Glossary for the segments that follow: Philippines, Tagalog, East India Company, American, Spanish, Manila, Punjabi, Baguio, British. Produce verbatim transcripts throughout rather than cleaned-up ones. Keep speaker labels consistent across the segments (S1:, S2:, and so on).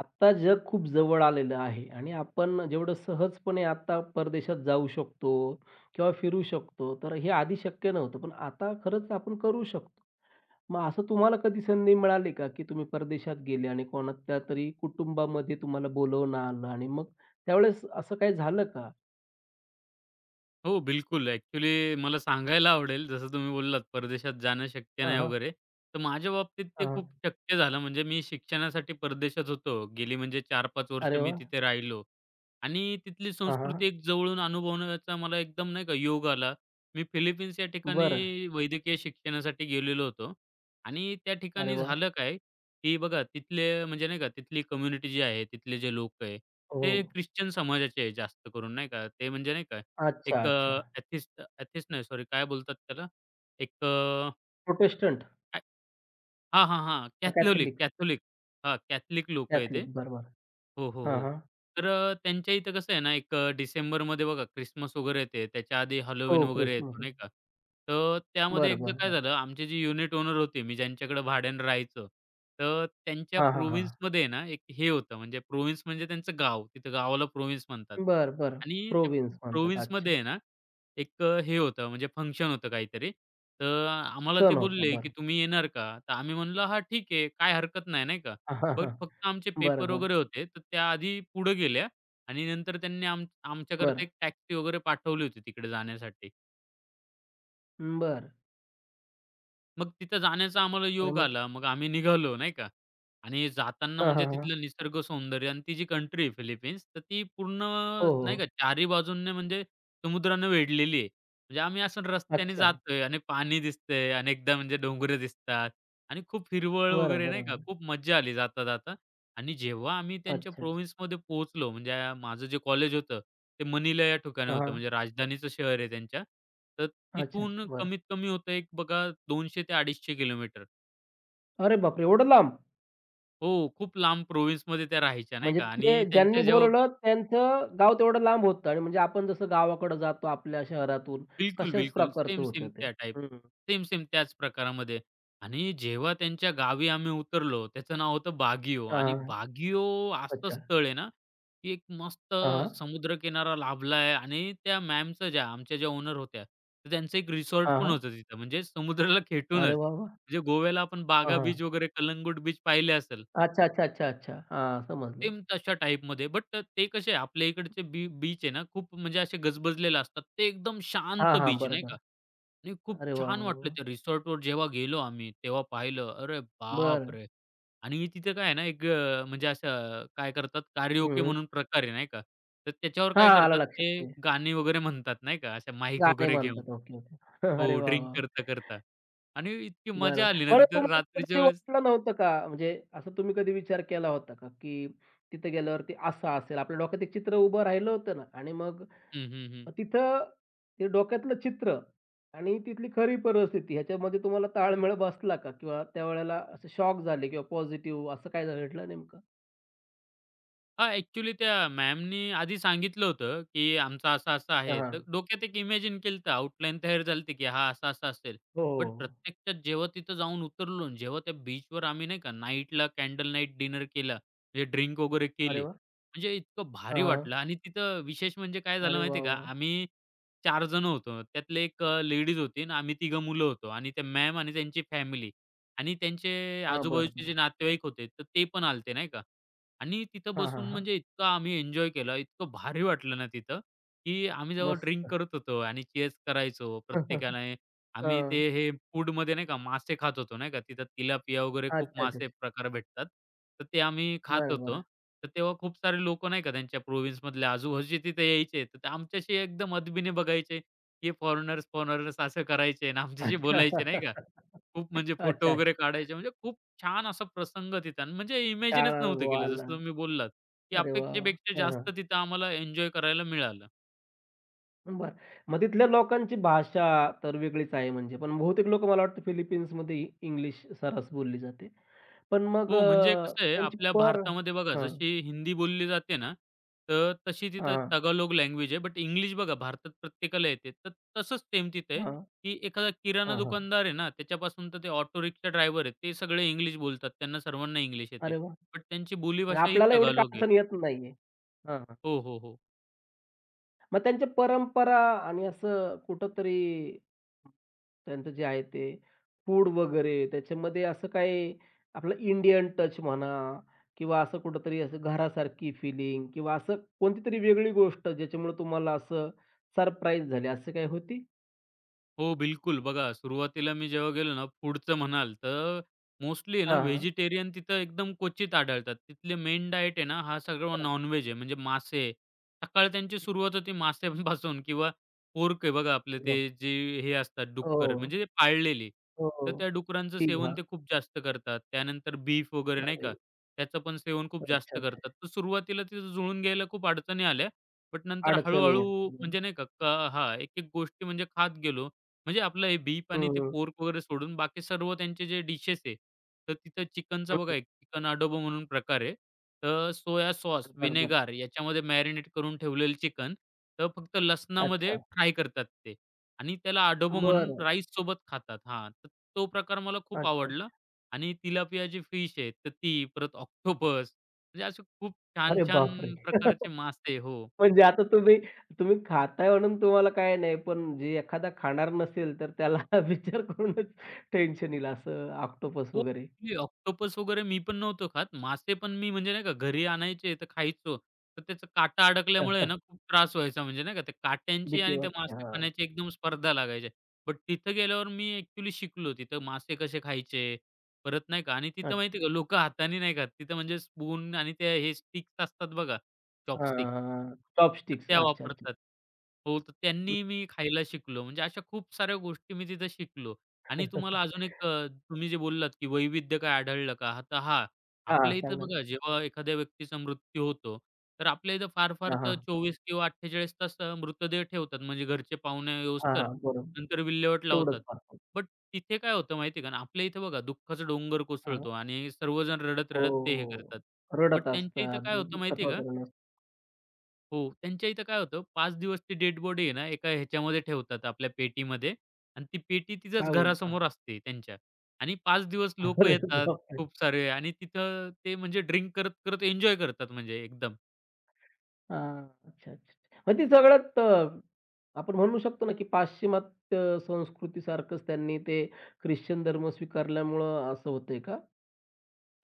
S1: आत्ता जग खूप जवळ आलेलं आहे आणि आपण जेवढं सहजपणे आता परदेशात जाऊ शकतो किंवा फिरू शकतो, तर हे आधी शक्य नव्हतं. पण आता खरंच आपण करू शकतो. मग असं तुम्हाला कधी संधी मिळाली का, की तुम्ही परदेशात गेले आणि कोणत्या तरी कुटुंबामध्ये तुम्हाला बोलावणं आलं आणि मग त्यावेळेस असं काही झालं का?
S2: हो, बिलकुल. ॲक्चुअली मला सांगायला आवडेल, जसं तुम्ही बोललात परदेशात जाणं शक्य नाही
S1: हां.
S2: वगैरे. तर माझ्या बाबतीत ते
S1: हां, हां.
S2: खूप शक्य झालं. म्हणजे मी शिक्षणासाठी परदेशात होतो. गेली म्हणजे चार पाच वर्ष
S1: अरे
S2: मी
S1: वाह!
S2: तिथे राहिलो आणि तिथली
S1: हां, हां.
S2: संस्कृती एक जवळून अनुभवण्याचा मला एकदम नाही का योग आला. मी फिलिपिन्स या
S1: बरं.
S2: ठिकाणी वैद्यकीय शिक्षणासाठी गेलेलो होतो आणि त्या
S1: अरे
S2: ठिकाणी
S1: वाह!
S2: झालं काय, की बघा तिथले म्हणजे नाही का तिथली कम्युनिटी जी आहे, तिथले जे लोक आहे,
S1: हो.
S2: ते ख्रिश्चन समाजाचे आहे जास्त करून नाही का. ते म्हणजे नाही का
S1: अच्छा,
S2: एक
S1: अच्छा.
S2: अ, एथिस्ट एथिस्ट नाही सॉरी काय बोलतात त्याला? एक अ,
S1: प्रोटेस्टंट,
S2: काय हां, हां, हां. Catholic,
S1: Catholic,
S2: Catholic. हां, कॅथलिक लोकं आहे ते.
S1: कॅथलिक. बरं, बरं.
S2: हो, हो,
S1: हां,
S2: हो.
S1: हां.
S2: तर अ, त्यांच्या इथं कसं आहे ना, एक अ, डिसेंबरमध्ये बघा ख्रिसमस वगैरे येते. त्याच्या आधी हॅलोवीन
S1: हो,
S2: वगैरे येतो
S1: ख्रिसमस.
S2: नाही का. तर त्यामध्ये
S1: बरं,
S2: एकदा
S1: बरं,
S2: काय
S1: बरं.
S2: झालं, आमचे जे युनिट ओनर होते, मी ज्यांच्याकडे भाड्यानं राहायचो, तर त्यांच्या
S1: हां, हां, हां.
S2: प्रोव्हिन्समध्ये ना, एक हे होतं म्हणजे प्रोव्हिन्स म्हणजे त्यांचं गाव. तिथं गावाला प्रोव्हिन्स म्हणतात.
S1: बरं, बरं.
S2: आणि त्या
S1: प्रोविन्स म्हणतात. अच्छा.
S2: प्रोव्हिन्समध्ये आहे ना, एक अ, हे होतं म्हणजे फंक्शन होतं काहीतरी. तर आम्हाला ते
S1: सण होता.
S2: बोलले, की
S1: बरं.
S2: "तुम्ही येणार का?" तर आम्ही म्हणलं, "हां, ठीक आहे. काय हरकत नाही." नाही का.
S1: हां,
S2: बट
S1: हां.
S2: फक्त आमचे
S1: बरं,
S2: पेपर
S1: बरं,
S2: वगैरे होते, तर त्या आधी पुढे गेल्या आणि नंतर त्यांनी आम
S1: बरं.
S2: आमच्याकरता एक टॅक्सी वगैरे पाठवली होती तिकडे जाण्यासाठी.
S1: बरं.
S2: मग तिथं जाण्याचा आम्हाला
S1: आणि
S2: योग
S1: मग
S2: आला. मग आम्ही निघालो नाही का आणि जाताना
S1: हां,
S2: म्हणजे
S1: हां, हां.
S2: तिथलं निसर्ग सौंदर्य आणि ती जी कंट्री आहे फिलिपिन्स, तर ती पूर्ण
S1: हो, हो,
S2: नाही का
S1: हो.
S2: चारी बाजूंनी म्हणजे समुद्रानं वेढलेली आहे. म्हणजे आम्ही असं रस्त्याने
S1: अच्छा.
S2: जातोय आणि पाणी दिसतंय, अनेकदा म्हणजे डोंगरं दिसतात आणि खूप हिरवळ
S1: बरं,
S2: वगैरे
S1: बरं,
S2: नाही का,
S1: बरं.
S2: खूप मज्जा आली जाता-जाता आणि जेव्हा आम्ही त्यांच्या
S1: अच्छा, अच्छा.
S2: प्रोव्हिन्समध्ये पोहोचलो, म्हणजे माझं जे कॉलेज होतं, ते मनिला या ठिकाणी
S1: हां,
S2: होतं,
S1: हां.
S2: म्हणजे राजधानीचं शहर आहे त्यांच्या. तर
S1: अच्छा,
S2: तिथून
S1: अच्छा. बरं.
S2: कमीत कमी होतं एक बघा दोनशे ते अडीचशे किलोमीटर.
S1: अरे बापरे! एवढं लांब?
S2: हो, खूप लांब प्रोव्हिन्समध्ये त्या राहायच्या नाही
S1: म्हणजे
S2: का
S1: ते
S2: आणि
S1: ज्यांनी
S2: त्यांच्या जेव्हा
S1: बोलावलं त्यांचं गाव तेवढं लांब होतं आणि म्हणजे आपण जसं गावाकडे जातो आपल्या शहरातून
S2: बिलकुल,
S1: तशाच
S2: बिलकुल.
S1: प्रकारचं
S2: सेम,
S1: होतं
S2: सेम
S1: ते.
S2: त्या टाइप.
S1: हं.
S2: सेम, सेम त्याच प्रकारामध्ये आणि जेव्हा त्यांच्या गावी आम्ही उतरलो, त्याचं नाव होतं बागियो आणि
S1: हां.
S2: बागियो असं
S1: अच्छा.
S2: स्थळ आहे ना, की एक मस्त
S1: हां, हां.
S2: समुद्रकिनारा लाभला आहे आणि त्या मॅमचं ज्या आमच्या ज्या ओनर होत्या, तर त्यांचं एक रिसॉर्ट
S1: हां,
S2: पण
S1: हां.
S2: होतं तिथं म्हणजे समुद्राला
S1: अरे
S2: खेटूनच.
S1: वाह, वाह!
S2: म्हणजे गोव्याला आपण
S1: हां,
S2: बागा
S1: हां.
S2: बीच वगैरे कलंगूट बीच पाहिले असेल.
S1: अच्छा, अच्छा, अच्छा, अच्छा. हां, समजलं.
S2: सेम तशा टाईपमध्ये. बट ते कसे आपल्या इकडचे बी बीच आहे ना, खूप म्हणजे असे गजबजलेले असतात. ते एकदम
S1: हां,
S2: शांत
S1: हां.
S2: बीच नाही का
S1: बरोबर.
S2: आणि खूप
S1: अरे वाह,
S2: छान
S1: वाह,
S2: वाटलं
S1: वाह!
S2: त्या रिसॉर्टवर जेव्हा गेलो आम्ही, तेव्हा पाहिलं. अरे बाप
S1: बरं.
S2: बापरे! आणि तिथे काय आहे ना, एक अ, म्हणजे असं काय करतात
S1: हं,
S2: कारिओके
S1: हं.
S2: म्हणून प्रकार आहे नाही का. तर त्याच्यावर काय
S1: आलं
S2: करतात
S1: लक्षात
S2: ते
S1: ते.
S2: गाणी वगैरे म्हणतात नाही का, अशा माईक
S1: गाणे
S2: वगैरे घेऊन.
S1: म्हणतात. Okay, okay. अरे
S2: हो,
S1: वाह,
S2: ड्रिंक
S1: वाह!
S2: करता-करता आणि इतकी
S1: बरं,
S2: मजा आली ना
S1: बरं.
S2: तिथं
S1: तुम्हाला
S2: रात्रीच्या
S1: कधी
S2: वेळेस
S1: वाटलं नव्हतं का? म्हणजे असं तुम्ही कधी विचार केला होता का, की तिथे गेल्यावरती असं असेल? आपल्या डोक्यात एक चित्र उभं राहिलं होतं ना आणि मग
S2: हं, हं, हं.
S1: तिथं ते डोक्यातलं चित्र आणि तिथली खरी परिस्थिती ह्याच्यामध्ये तुम्हाला ताळमेळ बसला का? किंवा त्यावेळेला असे शॉक झाले किंवा पॉझिटिव्ह असं काय घडलं नेमकं?
S2: हां, ॲक्चुअली त्या मॅमनी आधी सांगितलं होतं, की आमचं असं-असं आहे.
S1: हां,
S2: तर डोक्यात एक इमॅजिन केलं होतं, आउटलाईन तयार झाली होती, की हा असं-असं असेल.
S1: हो, हो,
S2: बट
S1: हो.
S2: प्रत्यक्षात जेव्हा तिथं जाऊन उतरलो आणि जेव्हा त्या बीचवर आम्ही नाही का नाईटला कॅन्डल नाईट डिनर केला, म्हणजे ड्रिंक वगैरे
S1: अरे
S2: केली.
S1: वाह!
S2: म्हणजे इतकं
S1: हां,
S2: भारी
S1: हां.
S2: वाटलं आणि तिथं विशेष म्हणजे काय झालं
S1: अरे
S2: माहिती
S1: वाह,
S2: का,
S1: वाह!
S2: आम्ही चार जणं होतो. त्यातले एक लेडीज होती आणि आम्ही तिघं मुलं होतो आणि त्या मॅम आणि त्यांची फॅमिली आणि त्यांचे
S1: हां, बरं,
S2: आजूबाजूचे
S1: बरं.
S2: जे नातेवाईक होते, तर ते पण आले नाही का. आणि तिथं
S1: हां, हां,
S2: बसून
S1: हां.
S2: म्हणजे इतकं आम्ही एन्जॉय केलं, इतकं भारी वाटलं ना तिथं, की आम्ही जेव्हा ड्रिंक
S1: मस्त.
S2: करत होतो आणि चीअर्स करायचो प्रत्येकाने. आम्ही
S1: हां.
S2: ते हे फूडमध्ये नाही का मासे खात होतो नाही का, तिथं तिलापिया वगैरे
S1: अच्छा,
S2: खूप
S1: अच्छा,
S2: मासे
S1: अच्छा.
S2: प्रकार भेटतात. तर ते आम्ही खात
S1: बरं, बरं.
S2: होतो. तर तेव्हा खूप सारे लोकं नाही का त्यांच्या प्रोव्हिन्समधल्या आजूबाजूचे तिथे यायचे. तर ते आमच्याशी एकदम अदबीने बघायचे, हे फॉरेनर्स, फॉरेनर्स असं करायचे आणि आमच्याशी बोलायचे नाही का.
S1: अच्छा.
S2: खूप म्हणजे फोटो
S1: अच्छा, अच्छा.
S2: वगैरे काढायचे म्हणजे खूप छान असा प्रसंग तिथं आणि म्हणजे
S1: छान
S2: इमॅजिनच नव्हतं
S1: अनुभव
S2: केलं.
S1: आला.
S2: जसं तुम्ही बोललात, की
S1: अरे वाह! वाह!
S2: अपेक्षेपेक्षा
S1: हां, हां.
S2: जास्त तिथं आम्हाला एन्जॉय करायला मिळालं.
S1: बरं. मग तिथल्या लोकांची भाषा तर वेगळीच आहे म्हणजे, पण बहुतेक लोकं मला वाटतं फिलिपिन्समध्ये इंग्लिश सर्रास बोलली जाते. पण मग
S2: हो, म्हणजे
S1: अ,
S2: कसं आहे
S1: त्यांची
S2: आपल्या
S1: पर
S2: भारतामध्ये बघा
S1: हां,
S2: जशी हिंदी बोलली जाते ना, तर तशी तिथं
S1: हां,
S2: तगालोग लँग्वेज आहे. बट इंग्लिश बघा भारतात प्रत्येकाला येते. तर तसंच सेम तिथे आहे,
S1: हां, हां,
S2: की एखादा किराणा
S1: हां, हां.
S2: दुकानदार आहे ना, त्याच्यापासून तर ते ऑटो रिक्षा ड्रायव्हर आहेत, ते सगळे इंग्लिश बोलतात. त्यांना सर्वांना इंग्लिश येते.
S1: अरे वाह!
S2: बट त्यांची
S1: म्हणजे
S2: बोलीभाषा ही
S1: आपल्याला एवढी काही
S2: तगालोग आहे.
S1: अडचण येत नाहीये. हां.
S2: हो, हो, हो.
S1: मग त्यांच्या परंपरा आणि असं कुठेतरी त्यांचं जे आहे ते फूड वगैरे त्याच्यामध्ये असं काही आपलं इंडियन टच म्हणा किंवा असं कुठेतरी असं घरासारखी फिलिंग किंवा असं कोणतीतरी वेगळी गोष्ट ज्याच्यामुळे तुम्हाला असं सरप्राईज झाली असं काही होती?
S2: हो, बिलकुल. बघा, सुरुवातीला मी जेव्हा गेलो ना, फूडचं म्हणाल तर मोस्टली आहे ना,
S1: हां,
S2: व्हेजिटेरियन तिथं एकदम क्वचित आढळतात. तिथले मेन डायट आहे ना, हा सगळं
S1: हां.
S2: नॉन-व्हेज आहे. म्हणजे मासे. सकाळ त्यांची सुरुवात होती माशांपासून किंवा पोर्क आहे बघा, आपले
S1: हो,
S2: ते जे हे असतात डुक्कर, म्हणजे ते पाळलेली.
S1: हो, हो.
S2: तर त्या डुकरांचं
S1: ठीक
S2: सेवन
S1: हां.
S2: ते खूप जास्त करतात. त्यानंतर बीफ वगैरे नाही का,
S1: अरे!
S2: त्याचं पण सेवन खूप
S1: अच्छा,
S2: जास्त
S1: अच्छा.
S2: करतात. तर सुरुवातीला तिथं जुळून घ्यायला खूप अडचणी आल्या. बट नंतर
S1: अडचणी
S2: हळू
S1: येतात.
S2: म्हणजे नाही का, का हां, एक-एक गोष्टी म्हणजे खात गेलो. म्हणजे आपलं हे बीप आणि
S1: हं,
S2: ते
S1: हं.
S2: पोर्क वगैरे सोडून बाकी सर्व त्यांचे जे डिशेस आहे, तर तिथं
S1: हं,
S2: चिकनचा बघा
S1: हं.
S2: एक चिकन अडोबो म्हणून प्रकार आहे. तर सोया सॉस,
S1: बरोबर.
S2: व्हिनेगर याच्यामध्ये मॅरिनेट करून ठेवलेलं चिकन, तर फक्त
S1: अच्छा.
S2: लसणामध्ये फ्राय करतात ते आणि त्याला अडोबो म्हणून
S1: बरं.
S2: राईससोबत खातात. हां, तर तो प्रकार मला खूप
S1: अच्छा.
S2: आवडला आणि तिलापिया जी फिश आहे, तर ती परत ऑक्टोपस म्हणजे असे खूप
S1: अरे
S2: छान-छान
S1: बापरे!
S2: प्रकारचे मासे हो.
S1: म्हणजे आता तुम्ही तुम्ही खाताय म्हणून तुम्हाला काही नाही, पण जे एखादा खाणार नसेल, तर त्याला विचार करूनच टेन्शन येईल असं ऑक्टोपस
S2: हो,
S1: वगैरे.
S2: ॲक्चुअली ऑक्टोपस वगैरे मी पण नव्हतो खात. मासे पण मी म्हणजे नाही का घरी आणायचे तर खायचो. तर त्याचा काटा अडकल्यामुळे आहे ना खूप त्रास व्हायचा म्हणजे नाही का त्या काट्यांची
S1: भीती
S2: आणि त्या
S1: वाटते.
S2: मासे
S1: हां.
S2: खाण्याची एकदम स्पर्धा लागायची. बट तिथं गेल्यावर मी ॲक्चुअली शिकलो. तिथं मासे कसे खायचे, परत नाही का आणि तिथं
S1: अच्छा.
S2: माहिती का लोकं हाताने नाही खात. तिथं म्हणजे स्पून आणि त्या हे स्टिक्स असतात बघा,
S1: हां,
S2: चॉपस्टिक.
S1: हां, हां.
S2: तर
S1: चॉपस्टिक्स.
S2: त्या
S1: अच्छा, अच्छा.
S2: वापरतात. हो, तर त्यांनी मी खायला शिकलो. म्हणजे अशा खूप साऱ्या गोष्टी मी तिथं शिकलो. आणि तुम्हाला अजून एक अ, तुम्ही जे बोललात, की वैविध्य काय आढळलं का? हां, तर हां,
S1: हां,
S2: आपल्या इथं
S1: सांगा ना.
S2: बघा जेव्हा एखाद्या व्यक्तीचा मृत्यू होतो, तर आपल्या इथं फार-फार
S1: हां,
S2: तर
S1: हां.
S2: चोवीस किंवा अठ्ठेचाळीस तास अ, मृतदेह ठेवतात. म्हणजे घरचे पाहुणे
S1: हां,
S2: येऊस्तोवर
S1: हां. बरोबर.
S2: नंतर विल्हेवाट लावतात.
S1: तेवढंच फार.
S2: बट तिथे काय होतं माहिती का? आणि आपल्या इथं बघा दुःखाचा डोंगर
S1: हां.
S2: कोसळतो आणि सर्वजण
S1: हो.
S2: रडत-रडत ते हे करतात. बट
S1: रडत
S2: त्यांच्या इथं
S1: असतात,
S2: काय
S1: दु-
S2: होतं
S1: दुःखात
S2: माहिती का?
S1: वातावरण
S2: हो, त्यांच्या इथं काय होतं पाच दिवस ती डेड बॉडी आहे ना, एका ह्याच्यामध्ये ठेवतात आपल्या पेटीमध्ये आणि ती पेटी तिच्याच
S1: काय बोलता?
S2: घरासमोर असते त्यांच्या आणि पाच दिवस लोकं
S1: अरे
S2: येतात
S1: बापरे!
S2: खूप सारे आणि तिथं ते म्हणजे ड्रिंक करत-करत एन्जॉय करतात म्हणजे एकदम.
S1: हां. अच्छा, अच्छा. मग ती सगळ्यात अ, आपण म्हणू शकतो ना, की पाश्चिमात्य संस्कृतीसारखंच त्यांनी ते ख्रिश्चन धर्म स्वीकारल्यामुळं असं होतंय का?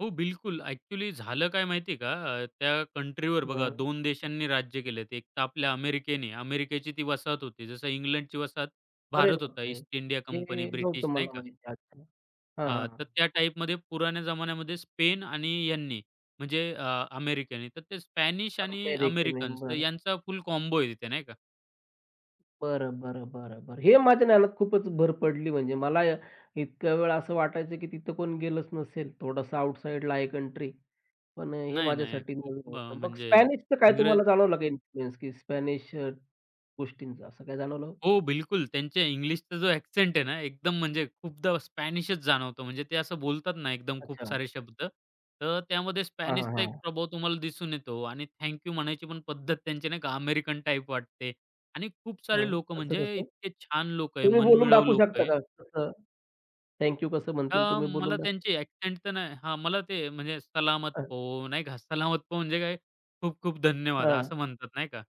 S2: हो, बिलकुल. ॲक्चुअली झालं काय माहिती का? अ, त्या कंट्रीवर बघा
S1: हां.
S2: दोन देशांनी राज्य केलेत. एक तर आपल्या अमेरिकेने, अमेरिकेची ती वसाहत होती. जसं इंग्लंडची वसाहत
S1: अरे
S2: भारत होता,
S1: बापरे!
S2: ईस्ट इंडिया कंपनी,
S1: हे नव्हतं
S2: ब्रिटिश नाही
S1: मला
S2: का?
S1: माहिती. अच्छा. हां,
S2: हां,
S1: हां, हां.
S2: तर त्या टाईपमध्ये पुराण्या जमान्यामध्ये स्पेन आणि यांनी म्हणजे अ, अमेरिकेने, तर ते स्पॅनिश आणि
S1: अमेरिकेने.
S2: अमेरिकन्स तर
S1: बरं.
S2: यांचा फुल कॉम्बो आहे तिथे नाही का.
S1: बरं, बरं, बरं, बरं. हे माझ्या ज्ञानात खूपच भर पडली म्हणजे मला य- इतक्या वेळ असं वाटायचं, की तिथं कोण गेलंच नसेल. थोडंसं आउटसाइडला आहे कंट्री. पण हे
S2: नाही, नाही
S1: माझ्यासाठी
S2: खूप
S1: नवीन
S2: अ,
S1: होतं. मग
S2: म्हणजे
S1: स्पॅनिशचं काय
S2: इंग्रज
S1: तुम्हाला जाणवलं का इन्फ्लुअन्स, की स्पॅनिश गोष्टींचा असं काय जाणवलं?
S2: हो, बिलकुल त्यांच्या इंग्लिशचा जो ॲक्सेंट आहे ना, एकदम म्हणजे खूपदा स्पॅनिशच जाणवतो. म्हणजे ते असं बोलतात ना, एकदम खूप
S1: अच्छा.
S2: सारे शब्द, तर त्यामध्ये
S1: हां, हां,
S2: स्पॅनिशचा एक
S1: हां.
S2: प्रभाव तुम्हाला दिसून येतो आणि थँक म्हणायची पण पद्धत त्यांची नाही का अमेरिकन टाइप वाटते आणि खूप
S1: हां,
S2: सारे लोकं
S1: असं
S2: म्हणजे
S1: कसं?
S2: इतके छान लोकं आहे,
S1: तुम्ही बोलून
S2: मनमिळाऊ
S1: दाखवू
S2: लोकं
S1: शकता
S2: आहे.
S1: का? कसं? थँक यू कसं म्हणतील
S2: अ,
S1: तुम्ही बोलून
S2: मला
S1: दाखवू
S2: त्यांची
S1: शकता?
S2: ॲक्सेंट तर नाही हां, मला ते म्हणजे सलामत
S1: हां,
S2: पो नाही का, सलामत पो म्हणजे काय, खूप-खूप धन्यवाद
S1: हां.
S2: असं म्हणतात नाही का.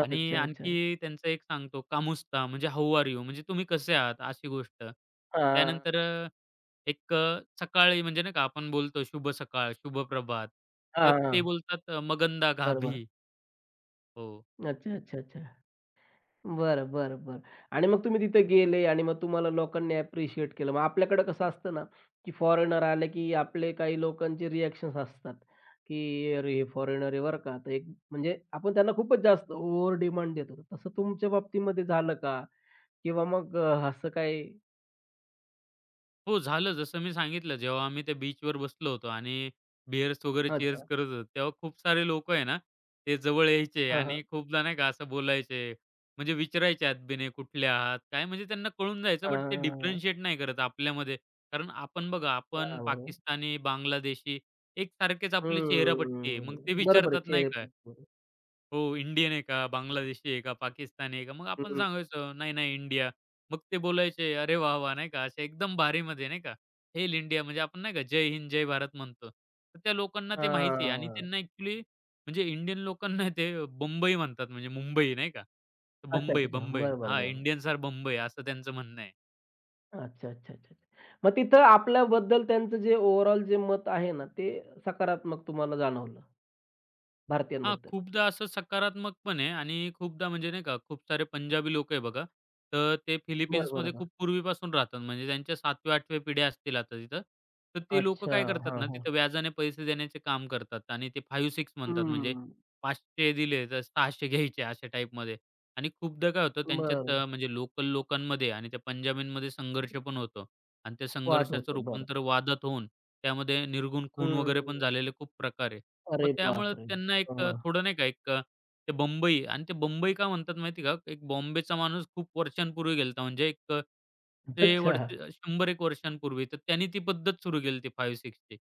S2: आणि
S1: अच्छा, अच्छा.
S2: आणखी त्यांचं एक सांगतो कामुस्ता म्हणजे हाऊ आर यू म्हणजे तुम्ही कसे आहात अशी गोष्ट.
S1: हां,
S2: त्यानंतर अ, एक अ, सकाळी म्हणजे नाही का आपण बोलतो शुभ सकाळ, शुभ प्रभात. तर
S1: हां,
S2: ते
S1: हां.
S2: बोलतात अ, मगंदा
S1: बरं, बरं.
S2: गाभी. हो.
S1: अच्छा, अच्छा, अच्छा. बरं, बरं, बरं. आणि मग तुम्ही तिथे गेले आणि मग तुम्हाला लोकांनी ॲप्रिशिएट केलं. मग आपल्याकडे कसं असतं ना, की फॉरेनर आले, की आपले काही लोकांचे रिएक्शन्स असतात, की "अरे, हे फॉरेनर आहे बरं का." तर एक म्हणजे आपण त्यांना खूपच जास्त ओव्हर डिमांड देतो. तसं तुमच्या बाबतीमध्ये झालं का? किंवा मग अ, असं काही
S2: हो, झालं. जसं मी सांगितलं, जेव्हा आम्ही त्या बीचवर बसलो होतो आणि बिअर्स वगैरे चीअर्स
S1: अच्छा.
S2: करत होतो, तेव्हा खूप सारे लोकं आहे ना, ते जवळ यायचे
S1: हां, हां.
S2: आणि खूपदा नाही का असं बोलायचे. म्हणजे विचारायचे "आतबीने कुठले आहात? काय?" म्हणजे त्यांना कळून जायचं,
S1: हां,
S2: बट ते
S1: हां, हां.
S2: डिफरन्शिएट नाही करत आपल्यामध्ये. कारण आपण बघा, आपण
S1: हां, बरोबर.
S2: पाकिस्तानी, बांगलादेशी एकसारखेच आपली चेहरापट्टी आहे. मग ते
S1: हम्म. बरोबर आहे.
S2: विचारतात नाही
S1: चेहरे
S2: का,
S1: पडतो.
S2: हो, इंडियन आहे का? बांगलादेशी आहे का? पाकिस्तानी आहे का? मग आपण
S1: हं.
S2: सांगायचो, "नाही, नाही इंडिया." मग ते बोलायचे, "अरे वाह! वाह!" नाही का? असे एकदम भारीमध्ये नाही का? "हेल इंडिया" म्हणजे आपण नाही का जय हिंद, जय भारत म्हणतो. तर त्या लोकांना ते माहिती आहे आणि
S1: हां.
S2: त्यांना ॲक्चुअली म्हणजे इंडियन लोकांना ते बंबई म्हणतात म्हणजे मुंबई नाही का? तर
S1: अच्छा,
S2: बंबई,
S1: अच्छा, अच्छा.
S2: बंबई
S1: बरं, बरं,
S2: हां,
S1: बरं.
S2: इंडियन्स आर बंबई असं त्यांचं म्हणणं आहे.
S1: अच्छा, अच्छा, अच्छा. मग तिथं आपल्याबद्दल त्यांचं जे ओव्हरऑल जे मत आहे ना, ते सकारात्मक तुम्हाला जाणवलं
S2: हां,
S1: भारतीयांबद्दल.
S2: खूपदा असं सकारात्मक पण आहे आणि खूपदा म्हणजे नाही का, खूप सारे पंजाबी लोकं आहे बघा, तर ते
S1: बरं, बरं,
S2: फिलिपिन्समध्ये
S1: बरं.
S2: खूप पूर्वीपासून राहतात. म्हणजे त्यांच्या 7व्या-8व्या पिढ्या असतील आता तिथं. तर ते लोकं
S1: अच्छा.
S2: काय करतात
S1: हां,
S2: ना,
S1: हां.
S2: तिथं व्याजाने पैसे देण्याचे काम करतात आणि ते पाच-सहा म्हणतात. म्हणजे
S1: हम्म.
S2: पाचशे दिले तर सहाशे घ्यायचे अशा टाईपमध्ये आणि खूपदा काय होतं त्यांच्यात
S1: बरं.
S2: अ, म्हणजे लोकल लोकांमध्ये आणि त्या पंजाबींमध्ये संघर्ष पण होतो आणि त्या
S1: वाद
S2: संघर्षाचं
S1: होतो. बरं.
S2: रूपांतर वादात होऊन त्यामध्ये निर्घृण खून वगैरे
S1: हम्म.
S2: पण झालेले खूप प्रकार आहे. मग
S1: अरे
S2: त्यामुळं
S1: बापरे!
S2: त्यांना एक अ,
S1: हां.
S2: थोडं नाही का एक अ, ते बंबई आणि ते बंबई का म्हणतात माहिती आहे का? एक बॉम्बेचा माणूस खूप वर्षांपूर्वी गेला होता. म्हणजे एक अ, ते
S1: अच्छा.
S2: वर्ष शंभर-एक वर्षांपूर्वी. तर त्यांनी ती पद्धत सुरू केली होती पाच-सहा ची.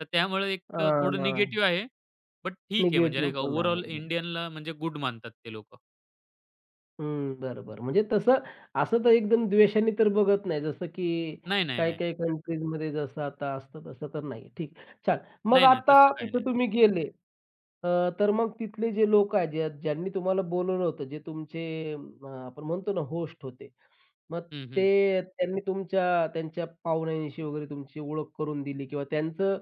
S2: तर त्यामुळे एक अ,
S1: हां,
S2: थोडं
S1: हां.
S2: निगेटिव्ह आहे. बट ठीक आहे म्हणजे नाही
S1: निगेटिव्ह
S2: का
S1: पण आहे.
S2: ओव्हरऑल इंडियनला म्हणजे गुड मानतात ते लोकं.
S1: हं, बरोबर. म्हणजे तसं असं तर एकदम द्वेषाने तर बघत नाही. जसं की
S2: नाही, नाही, नाही.
S1: काही-काही कंट्रीजमध्ये जसं आता असतं तसं तर नाही. ठीक आहे. छान. मग
S2: नाही, नाही.
S1: आता
S2: तसं काही
S1: तिथं
S2: नाही.
S1: तुम्ही गेले, अ, तर मग तिथले जे लोकं आहेत, ज्या ज्यांनी तुम्हाला बोलवलं होतं, जे तुमचे अ, आपण म्हणतो ना होस्ट होते. मग
S2: हं, हं.
S1: ते त्यांनी तुमच्या त्यांच्या पाहुण्यांशी वगैरे तुमची ओळख करून दिली किंवा त्यांचं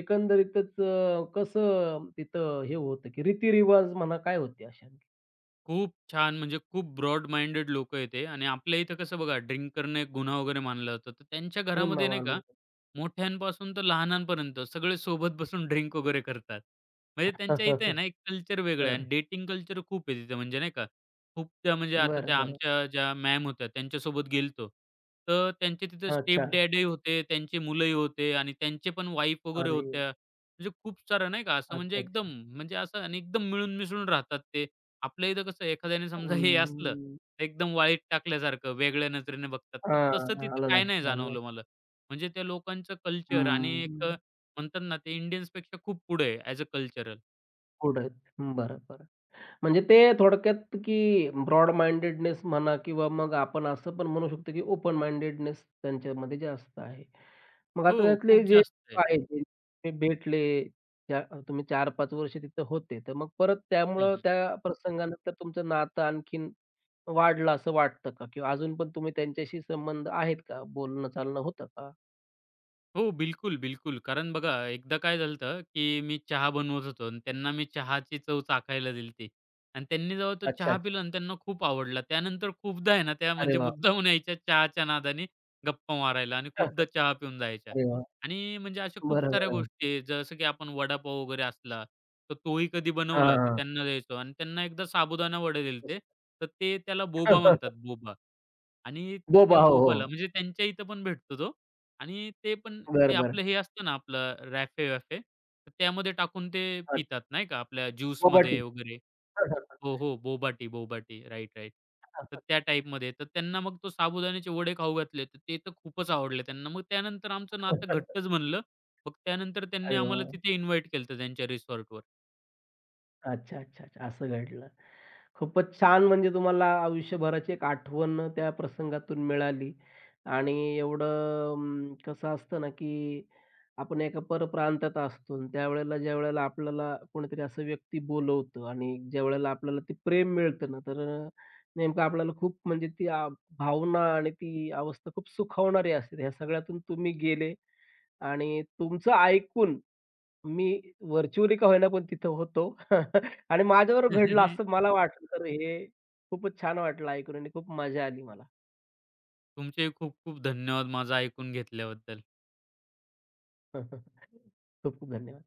S1: एकंदरीतच अ, कसं तिथं हे होतं की रीतिरिवाज म्हणा काय होते अशा?
S2: खूप छान! म्हणजे खूप ब्रॉड माइंडेड लोक आहेत ते आणि आपल्या इथं कसं बघा ड्रिंक करणं एक गुन्हा वगैरे मानलं जातं. तर त्यांच्या
S1: हो ना.
S2: घरामध्ये नाही का,
S1: मानले
S2: मोठ्यांपासून तर लहानांपर्यंत सगळे सोबत बसून ड्रिंक वगैरे करतात. म्हणजे त्यांच्या इथे आहे ना, एक कल्चर वेगळं आहे आणि
S1: बरं,
S2: डेटिंग कल्चर खूप आहे तिथं म्हणजे नाही का. खूप त्या म्हणजे आता
S1: बरं,
S2: त्या
S1: बरं.
S2: आमच्या ज्या मॅम होत्या त्यांच्यासोबत गेलतो. तर त्यांचे तिथे
S1: अच्छा.
S2: स्टेप डॅडही होते, त्यांचे मुलंही होते आणि त्यांचे पण वाईफ वगैरे
S1: अरे!
S2: होत्या. म्हणजे खूप सारं नाही का असं म्हणजे
S1: अच्छा,
S2: एकदम
S1: अच्छा.
S2: म्हणजे असं आणि एकदम मिळून मिसळून राहतात ते. आपल्या इथं कसं एखाद्याने समजा हे असलं,
S1: हं.
S2: तर एकदम वाळीत टाकल्यासारखं वेगळ्या नजरेने बघतात.
S1: हां,
S2: तर तसं
S1: हां.
S2: तिथे
S1: आलं
S2: काही नाही
S1: लक्षात, आलं
S2: जाणवलं
S1: लक्षात.
S2: मला. म्हणजे त्या लोकांचं कल्चर आणि
S1: हं.
S2: एक अ, म्हणतात ना, ते इंडियन्सपेक्षा खूप पुढे आहे ॲज अ कल्चरल.
S1: पुढे. बरं, बरं. म्हणजे ते थोडक्यात, की ब्रॉड माइंडेडनेस म्हणा किंवा मग आपण असं पण म्हणू शकतो, की ओपन माइंडेडनेस त्यांच्यामध्ये जास्त आहे. मग
S2: हो,
S1: आता त्यातले
S2: खूप
S1: जे
S2: जास्त आहे.
S1: आहेत, जे ते भेटले, त्या तुम्ही चार-पाच वर्ष तिथं होते, तर मग परत
S2: हं,
S1: त्यामुळं
S2: हं.
S1: त्या प्रसंगानंतर तुमचं नातं आणखीन वाढलं असं वाटतं का? किंवा अजून पण तुम्ही त्यांच्याशी संबंध आहेत का? बोलणं-चालणं होतं का?
S2: हो, बिलकुल, बिलकुल. कारण बघा एकदा काय झालं की मी चहा बनवत होतो आणि त्यांना मी चहाची चव चाखायला दिली होती आणि त्यांनी जेव्हा तो
S1: अच्छा, अच्छा.
S2: चहा पिला आणि त्यांना खूप आवडला. त्यानंतर खूपदा आहे ना, त्या
S1: अरे
S2: म्हणजे
S1: वाह!
S2: मुद्दामून यायच्या चहाच्या नादाने गप्पा मारायला आणि खूपदा चहा पिऊन जायच्या.
S1: अरे वाह!
S2: आणि म्हणजे अशा खूप
S1: बरं,
S2: साऱ्या
S1: बरं.
S2: गोष्टी आहेत, जसं की आपण वडापाव वगैरे असला, तर तोही कधी
S1: हां,
S2: बनवला
S1: हां,
S2: तर
S1: हां.
S2: त्यांना द्यायचो आणि त्यांना एकदा साबुदाणा वडे दिले होते, तर ते त्याला बोबा म्हणतात, बोबा. आणि त्या
S1: बोबा. हो, हो.
S2: बोबाला म्हणजे त्यांच्या इथं पण भेटतो तो. आणि ते पण ते
S1: बरं, बरं.
S2: आपलं हे असतं ना आपलं रॅफे-वॅफे, तर त्यामध्ये टाकून ते पितात नाही का आपल्या
S1: पोबटी.
S2: ज्यूसमध्ये वगैरे. हो, हो. बोबाटी, बोबाटी. Right, right. तर त्या टाईपमध्ये. तर त्यांना मग तो साबुदाण्याचे वडे खाऊ घातले, तर ते तर खूपच आवडले त्यांना. मग त्यानंतर आमचं नातं घट्टच बनलं. मग त्यानंतर त्यांनी
S1: अरे
S2: आम्हाला
S1: वाह!
S2: तिथे इन्व्हाईट केलं त्यांच्या रिसॉर्टवर.
S1: अच्छा, अच्छा, अच्छा. असं घडलं. खूपच छान म्हणजे तुम्हाला आयुष्यभराची एक आठवण त्या प्रसंगातून मिळाली आणि एवढं अं, कसं असतं ना, की आपण एका परप्रांतात असतो आणि त्यावेळेला ज्यावेळेला आपल्याला कोणीतरी असं व्यक्ती बोलवतं आणि ज्यावेळेला आपल्याला ते प्रेम मिळतं ना, तर अ, नेमकं आपल्याला खूप म्हणजे ती आ, भावना आणि ती अवस्था खूप सुखावणारी असते. ह्या सगळ्यातून तुम्ही गेले आणि तुमचं ऐकून मी व्हर्चुअली का होईना पण तिथं होतो. आणि माझ्यावर घडलं असं मला वाटलं तर हे खूपच छान वाटलं ऐकून आणि खूप मजा आली मला.
S2: तुमचे खूप खूप धन्यवाद माझं ऐकून घेतल्याबद्दल.
S1: खूप खूप धन्यवाद.